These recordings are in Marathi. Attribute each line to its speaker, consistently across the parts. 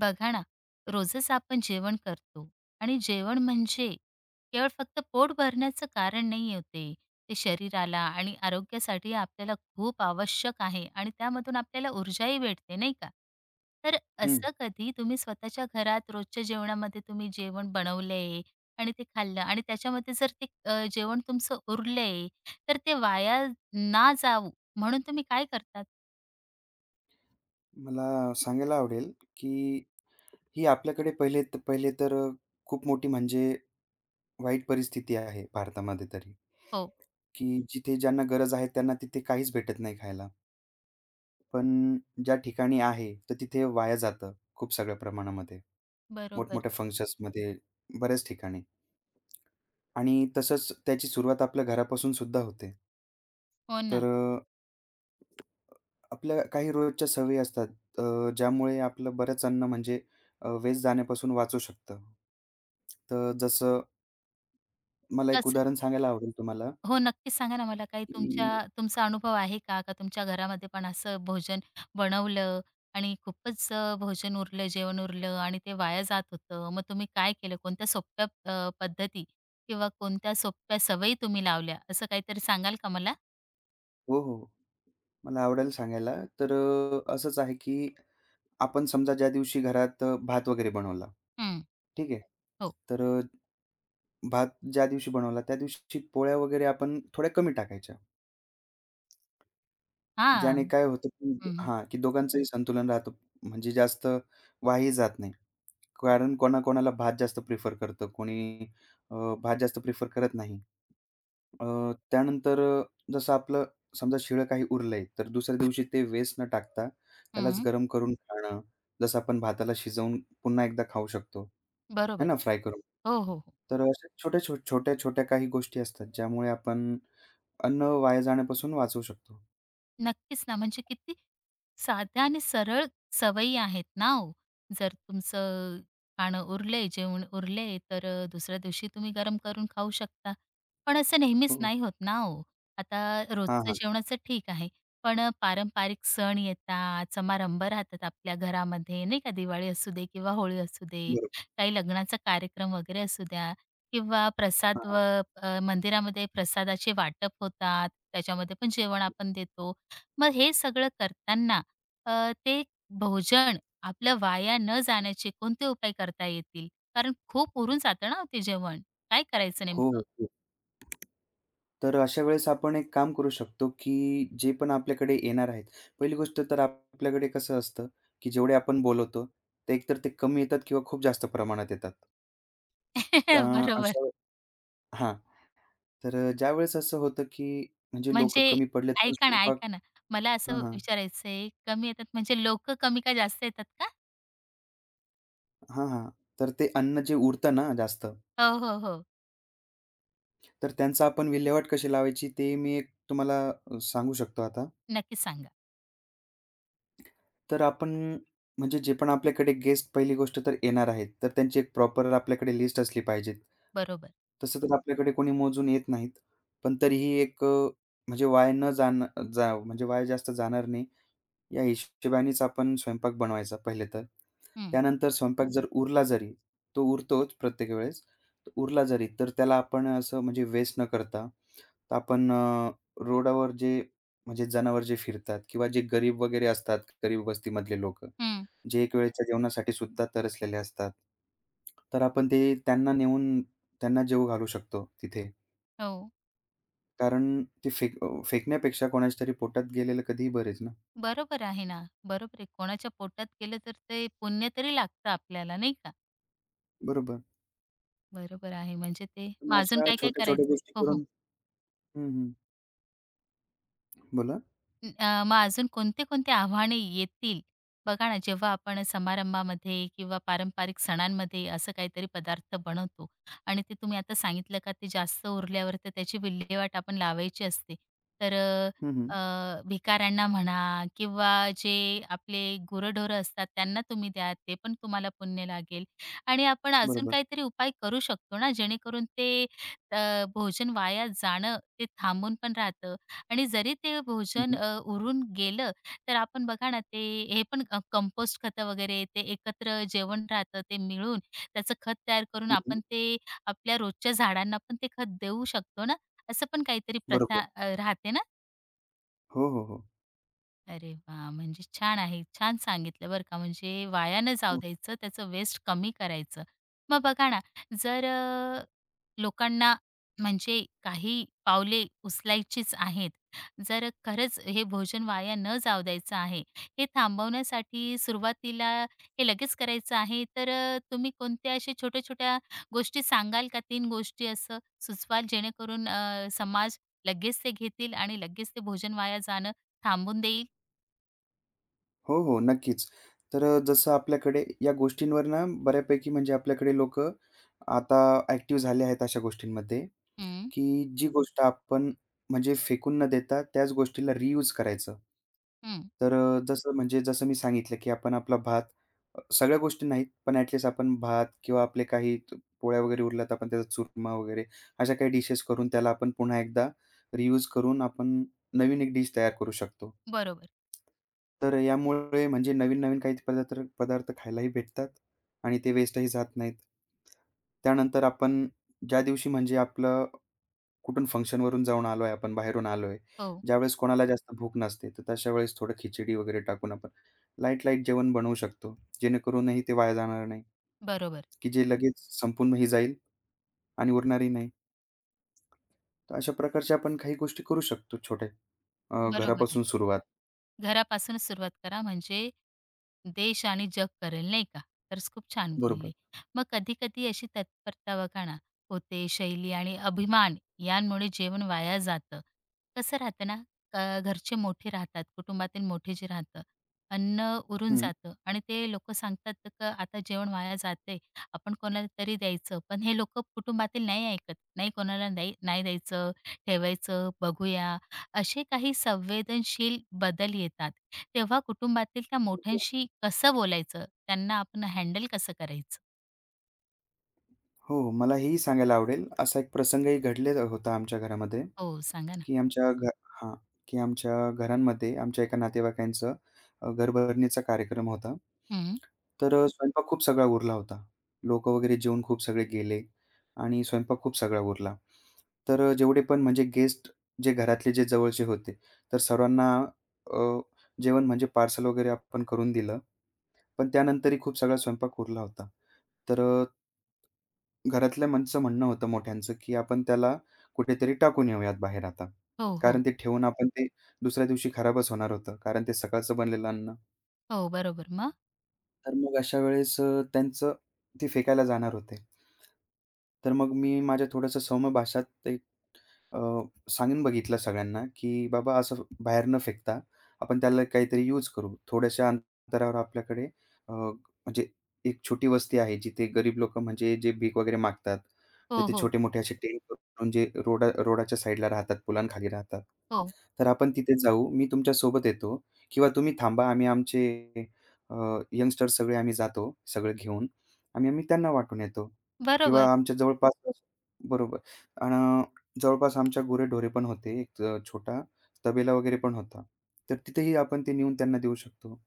Speaker 1: बघा ना, रोजच आपण जेवण करतो. आणि जेवण म्हणजे केवळ फक्त पोट भरण्याचं कारण नाही होते. ते शरीराला आणि आरोग्यासाठी आपल्याला खूप आवश्यक आहे आणि त्यामधून आपल्याला ऊर्जाही भेटते नाही का. तर
Speaker 2: हं.
Speaker 1: असं कधी तुम्ही स्वतःच्या घरात रोजच्या जेवणामध्ये तुम्ही जेवण बनवलंय आणि ते खाल्लं आणि त्याच्यामध्ये जर ते जेवण तुमचं उरलंय, तर ते वाया ना जाऊ, म्हणून तुम्ही काय करतात?
Speaker 2: मला सांगायला आवडेल, की ही आपल्याकडे पहिले पहिले तर खूप मोठी म्हणजे वाईट परिस्थिती आहे भारतामध्ये तरी,
Speaker 1: हो.
Speaker 2: की जिथे ज्यांना गरज आहे त्यांना तिथे काहीच भेटत नाही खायला. पण ज्या ठिकाणी आहे, तर तिथे वाया जातं खूप सगळ्या प्रमाणामध्ये.
Speaker 1: बरोबर.
Speaker 2: मोठमोठ्या फंक्शन्समध्ये बऱ्याच ठिकाणी. आणि तसंच त्याची सुरुवात आपल्या घरापासून सुद्धा होते.
Speaker 1: हो
Speaker 2: तर
Speaker 1: ना.
Speaker 2: अ आपल्या काही रोजच्या सवयी असतात, ज्यामुळे आपलं बरंच अन्न म्हणजे वेस्ट जाण्यापासून वाचू शकतं. तर जसं मला एक उदाहरण सांगायला आवडेल तुम्हाला,
Speaker 1: हो, नक्कीच सांगा ना. मला काही
Speaker 2: की
Speaker 1: तुमच्या तुमचा अनुभव आहे का? का तुमच्या घरामध्ये पण असं भोजन बनवलं आणि खूपच भोजन उरलं, जेवण उरलं आणि ते वाया जात होतं. मग तुम्ही काय केलं? कोणत्या सोप्या पद्धती किंवा कोणत्या सोप्या सवयी तुम्ही लावल्या? असं काहीतरी सांगाल का मला?
Speaker 2: हो, हो. मला आवडेल सांगायला. तर असंच आहे की आपण समजा ज्या दिवशी घरात भात वगैरे बनवला,
Speaker 1: हं,
Speaker 2: ठीक आहे.
Speaker 1: हो.
Speaker 2: तर भात ज्या दिवशी बनवला त्या दिवशी पोळ्या वगैरे आपण थोड्या कमी टाकायच्या.
Speaker 1: हां.
Speaker 2: ज्याने काय होतं की
Speaker 1: हं, हं.
Speaker 2: हां, की दोघांचंही संतुलन राहतं. म्हणजे जास्त वायाही जात नाही. कारण कोणाकोणाला भात जास्त प्रिफर करतं, कोणी भात जास्त प्रिफर करत नाही. अ, त्यानंतर जसं आपलं समजा शिळं काही उरलंय, तर दुसऱ्या दिवशी ते वेस्ट न टाकता त्यालाच गरम करून खाणं. जसं आपण भाताला शिजवून पुन्हा एकदा खाऊ शकतो, है
Speaker 1: बरोबर.
Speaker 2: ना, फ्राय करून.
Speaker 1: हो, हो, हो.
Speaker 2: तर अशा छोट्या-छोट्या काही गोष्टी असतात, ज्यामुळे आपण अन्न वाया जाण्यापासून वाचवू शकतो.
Speaker 1: नक्कीच ना. म्हणजे किती साध्या आणि सरळ सवयी आहेत ना हो. जर तुमचं खाणं उरले, जेवण उरले, तर दुसऱ्या दिवशी तुम्ही गरम करून खाऊ शकता. पण असं नेहमीच
Speaker 2: हो.
Speaker 1: नाही होत ना हो. आता
Speaker 2: हां,
Speaker 1: रोजचं
Speaker 2: हां.
Speaker 1: जेवणाचं ठीक आहे, पण पारंपरिक सण येतात, समारंभ राहतात आपल्या घरामध्ये नाही का. दिवाळी असू दे किंवा होळी असू दे,
Speaker 2: बरोबर.
Speaker 1: काही लग्नाचा कार्यक्रम वगैरे असू द्या किंवा
Speaker 2: हां,
Speaker 1: प्रसाद व
Speaker 2: हां.
Speaker 1: मंदिरामध्ये प्रसादाचे वाटप होतात, त्याच्यामध्ये पण जेवण आपण देतो. मग हे सगळं करताना ते भोजन आपलं वाया न जाण्याचे कोणते उपाय करता येतील? कारण खूप उरून जातं ना हो ते जेवण. काय करायचं
Speaker 2: हो,
Speaker 1: नेमकं?
Speaker 2: हो. तर अशा वेळेस आपण एक काम करू शकतो, की जे पण आपल्याकडे येणार आहेत. पहिली गोष्ट तर आपल्याकडे कसं असतं, की जेवढे आपण बोलवतो, ते एकतर कमी येतात किंवा खूप जास्त प्रमाणात येतात. अ,
Speaker 1: बरोबर.
Speaker 2: अशा वे- हां. तर ज्यावेळेस असं होतं, की म्हणजे लोकं
Speaker 1: म्हणजे
Speaker 2: कमी पडलेत पण
Speaker 1: ऐका ना,
Speaker 2: स्वयंपाक
Speaker 1: ऐका ना. मला असं
Speaker 2: हां, हां.
Speaker 1: विचारायचंय, कमी येतात म्हणजे लोक कमी का जास्त येतात का?
Speaker 2: हां, हां. तर ते अन्न जे उरतं ना जास्त,
Speaker 1: हो, हो, हो.
Speaker 2: तर त्यांचा आपण विल्हेवाट कशी लावायची ते मी एक तुम्हाला सांगू शकतो आता.
Speaker 1: नक्कीच सांगा.
Speaker 2: तर आपण म्हणजे जे पण आपल्याकडे गेस्ट पहिली गोष्ट तर येणार आहेत, तर त्यांची एक प्रॉपर आपल्याकडे लिस्ट असली पाहिजे.
Speaker 1: बरोबर.
Speaker 2: तसं तर आपल्याकडे कोणी मोजून येत नाहीत. पण तरीही एक म्हणजे वाया न जाणं जा म्हणजे वाया जास्त जाणार नाही या हिशोबानेच आपण स्वयंपाक बनवायचा पहिले तर.
Speaker 1: हं,
Speaker 2: त्यानंतर स्वयंपाक जर उरला जरी, तो उरतोच प्रत्येक वेळेस. तो उरला जरी तर त्याला आपण असं म्हणजे वेस्ट न करता तर आपण रोडावर जे म्हणजे जनावर जे फिरतात किंवा जे गरीब वगैरे असतात, गरीब वस्तीमधले लोक
Speaker 1: हं.
Speaker 2: जे एक वेळच्या जेवणासाठी सुद्धा तरसलेले असतात. तर आपण ते त्यांना नेऊन त्यांना जेवू घालू शकतो तिथे.
Speaker 1: हो.
Speaker 2: कारण ते फेकण्यापेक्षा कोणाच्या तरी पोटात गेलेलं कधीही बरेच ना.
Speaker 1: बरोबर आहे ना. बरोबर आहे. कोणाच्या पोटात गेलं तर ते पुण्य तरी लागतं आपल्याला नाही का?
Speaker 2: बरोबर.
Speaker 1: बरोबर आहे. म्हणजे ते मग
Speaker 2: मग
Speaker 1: अजून
Speaker 2: अशा
Speaker 1: काय-काय
Speaker 2: छोट्या-छोट्या
Speaker 1: करायचं?
Speaker 2: गोष्टी
Speaker 1: हो, हो.
Speaker 2: करून हं, हं. बोला.
Speaker 1: मग अजून कोणते-कोणते आव्हाने येतील? बघा ना, जेव्हा आपण समारंभामध्ये किंवा पारंपरिक सणांमध्ये असं काहीतरी पदार्थ बनवतो आणि ते तुम्ही आता सांगितलं का, ते जास्त उरल्यावर तर त्याची विल्हेवाट आपण लावायची असते. तर अ,
Speaker 2: हं, हं.
Speaker 1: अ, भिकाऱ्यांना म्हणा किंवा जे आपले गुरंढोरं असतात त्यांना तुम्ही द्या, ते पण तुम्हाला पुण्य लागेल. आणि आपण अजून
Speaker 2: बरोबर.
Speaker 1: काहीतरी उपाय करू शकतो ना, जेणेकरून ते भोजन वाया जाणं ते थांबून पण राहतं. आणि जरी ते
Speaker 2: हं,
Speaker 1: भोजन
Speaker 2: हं.
Speaker 1: उरून गेलं, तर आपण बघा ना, ते हे पण कंपोस्ट खतं वगैरे ते एकत्र जेवण राहतं, ते मिळून त्याचं खत तयार करून
Speaker 2: हं, हं.
Speaker 1: आपण ते आपल्या रोजच्या झाडांना पण ते खत देऊ शकतो ना. असं पण काहीतरी
Speaker 2: बरोबर.
Speaker 1: प्रथा राहते ना?
Speaker 2: हो, हो, हो.
Speaker 1: अरे वा, म्हणजे छान आहे. छान सांगितलं बरं का. म्हणजे वाया न जाऊ
Speaker 2: हो.
Speaker 1: द्यायचं, त्याचं वेस्ट कमी करायचं. मग बघा ना, जर लोकांना, म्हणजे काही पावले उचलायचीच आहेत, जर खरंच हे भोजन वाया न जाऊ द्यायचं आहे, हे थांबवण्यासाठी सुरुवातीला हे लगेच करायचं आहे, तर तुम्ही कोणत्या अशा छोट्या-छोट्या गोष्टी सांगाल का? 3 गोष्टी असं सुचवाल जेणेकरून समाज लगेच ते घेतील आणि लगेच ते भोजन वाया जाणं थांबून देईल?
Speaker 2: हो, हो. नक्कीच. तर जसं आपल्याकडे या गोष्टींवर ना बऱ्यापैकी म्हणजे आपल्याकडे लोकं आता ॲक्टिव्ह झाले आहेत अशा गोष्टींमध्ये,
Speaker 1: हं,
Speaker 2: की जी गोष्ट आपण म्हणजे फेकून न देता त्याच गोष्टीला रियूज करायचं.
Speaker 1: हं.
Speaker 2: तर जसं मी सांगितलं, की आपण आपला भात सगळ्या गोष्टी नाहीत, पण ॲटलीस्ट आपण भात किंवा आपले काही त पोळ्या वगैरे उरल्या तर आपण त्याचा चुरमा वगैरे अशा काही डिशेस करून त्याला आपण पुन्हा एकदा रियूज करून आपण नवीन एक डिश तयार करू शकतो.
Speaker 1: बरोबर.
Speaker 2: तर यामुळे म्हणजे नवीन-नवीन काही पदार्थ पदार्थ खायलाही भेटतात आणि ते वेस्टही जात नाहीत. त्यानंतर आपण ज्या दिवशी म्हणजे आपलं कुठून फंक्शनवरून जाऊन आलोय आपण, बाहेरून आलोय,
Speaker 1: हो,
Speaker 2: ज्यावेळेस कोणाला जास्त भूक नसते, तर तशा वेळेस थोडं खिचडी वगैरे टाकून आपण लाईट-लाईट जेवण बनवू शकतो. जेणेकरूनही ते वाया जाणार नाही,
Speaker 1: बरोबर.
Speaker 2: की जे लगेच संपूनही जाईल आणि उरणारही नाही. तर अशा प्रकारच्या आपण काही गोष्टी करू शकतो छोट्या,
Speaker 1: बरोबर आहे.
Speaker 2: घरापासून सुरुवात.
Speaker 1: घरापासूनच सुरुवात करा, म्हणजे देश आणि जग करेल नाही का? तरच खूप छान बोलले.
Speaker 2: बरोबर.
Speaker 1: मग कधी-कधी अशी तत्परता बघा ना होते, शैली आणि अभिमान यांमुळे जेवण वाया जातं. कसं राहतं ना, घरचे मोठे राहतात, कुटुंबातील मोठे जे राहतं, अन्न उरून
Speaker 2: हं.
Speaker 1: जातं आणि ते लोकं सांगतात का आता जेवण वाया जातंय, आपण कोणाला तरी द्यायचं. पण हे लोकं कुटुंबातील नाही ऐकत. नाही, कोणाला नाही नाही द्यायचं, ठेवायचं, बघूया. असे काही संवेदनशील बदल येतात, तेव्हा कुटुंबातील त्या मोठ्यांशी कसं बोलायचं? त्यांना आपण हँडल कसं करायचं?
Speaker 2: हो, मला हेही सांगायला आवडेल, असा एक प्रसंगही घडले होता आमच्या घरामध्ये,
Speaker 1: हो, सांगा ना.
Speaker 2: की आमच्या घ हां, की आमच्या घरांमध्ये आमच्या एका नातेवाईकांचं घरभरणीचा कार्यक्रम होता.
Speaker 1: हं.
Speaker 2: तर स्वयंपाक खूप सगळा उरला होता. लोकं वगैरे जेवून खूप सगळे गेले आणि स्वयंपाक खूप सगळा उरला. तर जेवढे पण म्हणजे गेस्ट जे घरातले जे जवळचे होते, तर सर्वांना अ, जेवण म्हणजे पार्सल वगैरे आपण करून दिलं. पण त्यानंतरही खूप सगळा स्वयंपाक उरला होता. तर घरातल्या माणसं म्हणणं होतं मोठ्यांचं, की आपण त्याला कुठेतरी टाकून येऊयात बाहेर आता.
Speaker 1: हो, हो.
Speaker 2: कारण ते ठेवून आपण ते दुसऱ्या दिवशी खराबच होणार होतं. कारण ते सकाळचं बनलेलं अन्न.
Speaker 1: हो, बरोबर. मग?
Speaker 2: तर मग अशा वेळेस त्यांचं ते फेकायला जाणार होते. तर मग मी माझ्या थोडंसं सौम्य भाषात अ, सांगून बघितलं सगळ्यांना, की बाबा असं बाहेर न फेकता, आपण त्याला काहीतरी यूज करू. थोड्याशा अंतरावर आपल्याकडे अ, म्हणजे एक छोटी वस्ती आहे, जिथे गरीब लोक म्हणजे जे भीक वगैरे मागतात, तर
Speaker 1: हो,
Speaker 2: ते
Speaker 1: हो.
Speaker 2: छोटे-मोठे असे टेंट करून जे रोडाच्या साईडला राहतात, पुलांखाली राहतात.
Speaker 1: हो,
Speaker 2: तर आपण तिथे जाऊ. मी तुमच्या सोबत येतो किंवा तुम्ही थांबा. आम्ही आमचे अ, सगळे आम्ही जातो, सगळं घेऊन आणि आम्ही त्यांना वाटून येतो किंवा
Speaker 1: बरोबर.
Speaker 2: आमच्या जवळपास बरोबर. जवळपास आमच्या गुरेढोरे पण होते. एक छोटा तबेला वगैरे पण होता. तर तिथेही आपण ते नेऊन त्यांना देऊ शकतो.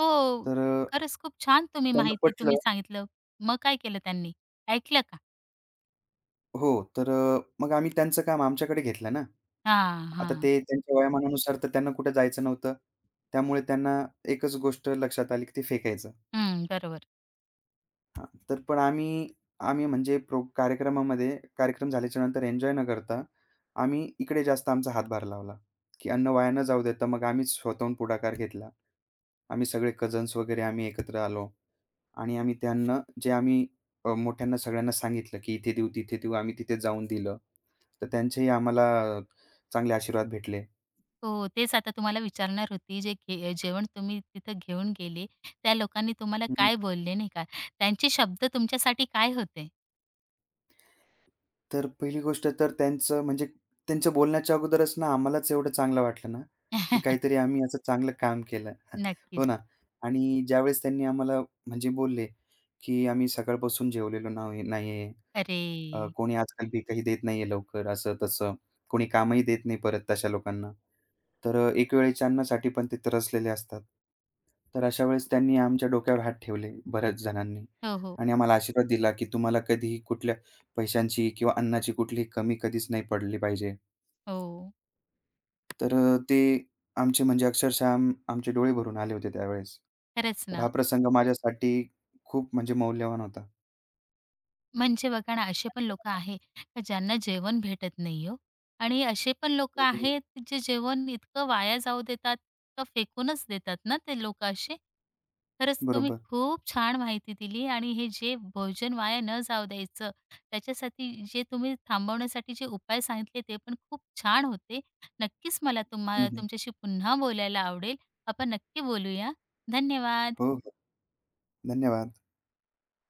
Speaker 1: हो,
Speaker 2: तर
Speaker 1: खरंच खूप छान तुम्ही
Speaker 2: त्यांना
Speaker 1: माहिती तुम्ही
Speaker 2: पटलं.
Speaker 1: सांगितलं. मग काय केलं त्यांनी? ऐकलं का?
Speaker 2: हो. तर मग आम्ही त्यांचं काम आमच्याकडे घेतलं ना.
Speaker 1: हां,
Speaker 2: आता
Speaker 1: हां.
Speaker 2: ते त्यांच्या वयामानानुसार तर त्यांना कुठे जायचं नव्हतं. त्यामुळे त्यांना एकच गोष्ट लक्षात आली, की ते फेकायचं.
Speaker 1: हं, बरोबर.
Speaker 2: हां. तर पण आम्ही आम्ही म्हणजे कार्यक्रमामध्ये कार्यक्रम झाल्याच्या नंतर एन्जॉय न करता, आम्ही इकडे जास्त आमचा हातभार लावला, की अन्न वाया न जाऊ देता मग आम्हीच स्वतःहून पुढाकार घेतला. आम्ही सगळे कझन्स वगैरे आम्ही एकत्र आलो आणि आम्ही त्यांना जे आम्ही मोठ्यांना सगळ्यांना सांगितलं, की इथे देऊ, तिथे देऊ. आम्ही तिथे जाऊन दिलं. तर त्यांचेही आम्हाला चांगले आशीर्वाद भेटले.
Speaker 1: हो, तेच आता तुम्हाला विचारणार होती. जे घे जेवण तुम्ही तिथं घेऊन गेले, त्या लोकांनी तुम्हाला
Speaker 2: हं.
Speaker 1: काय बोलले, नाही का? त्यांचे शब्द तुमच्यासाठी काय होते?
Speaker 2: तर पहिली गोष्ट तर त्यांचं म्हणजे त्यांच्या बोलण्याच्या अगोदरच ना आम्हालाच एवढं चांगलं वाटलं ना, की काहीतरी आम्ही असं चांगलं काम केलं. हो
Speaker 1: नक्कीच.
Speaker 2: ना. आणि ज्यावेळेस त्यांनी आम्हाला म्हणजे बोलले, की आम्ही सकाळपासून जेवलेलो नाव्हे नाहीये.
Speaker 1: अरे!
Speaker 2: कोणी आजकाल पीकही देत नाहीये लवकर, असं-तसं. कोणी कामही देत नाही परत तशा लोकांना. तर एक वेळेच्या अन्नासाठी पण ते त्रसलेले असतात. तर अशा वेळेस त्यांनी आमच्या डोक्यावर हात ठेवले बऱ्याच जणांनी
Speaker 1: हो, हो.
Speaker 2: आणि आम्हाला आशीर्वाद दिला, की तुम्हाला कधीही कुठल्या पैशांची किंवा अन्नाची कुठलीही कमी कधीच नाही पडली पाहिजे.
Speaker 1: हो.
Speaker 2: तर ते आमचे म्हणजे अक्षरशः आमचे डोळे भरून आले होते त्यावेळेस.
Speaker 1: खरंच
Speaker 2: तर
Speaker 1: ना.
Speaker 2: हा प्रसंग माझ्यासाठी खूप म्हणजे मौल्यवान होता.
Speaker 1: म्हणजे बघा ना, असे पण लोकं आहे का, ज्यांना जेवण भेटत नाही हो. आणि असे पण लोकं
Speaker 2: बरोबर.
Speaker 1: आहेत जे जेवण इतकं वाया जाऊ देतात का फेकूनच देतात ना ते लोकं असे. खरंच तुम्ही
Speaker 2: बरोबर.
Speaker 1: खूप छान माहिती दिली आणि हे जे भोजन वाया न जाऊ द्यायचं, त्याच्यासाठी जे तुम्ही थांबवण्यासाठी जे उपाय सांगितले ते पण खूप छान होते. नक्कीच मला
Speaker 2: हं,
Speaker 1: तुम्हा
Speaker 2: हं.
Speaker 1: तुमच्याशी पुन्हा बोलायला आवडेल. आपण नक्की बोलूया. धन्यवाद.
Speaker 2: हो, हो. धन्यवाद.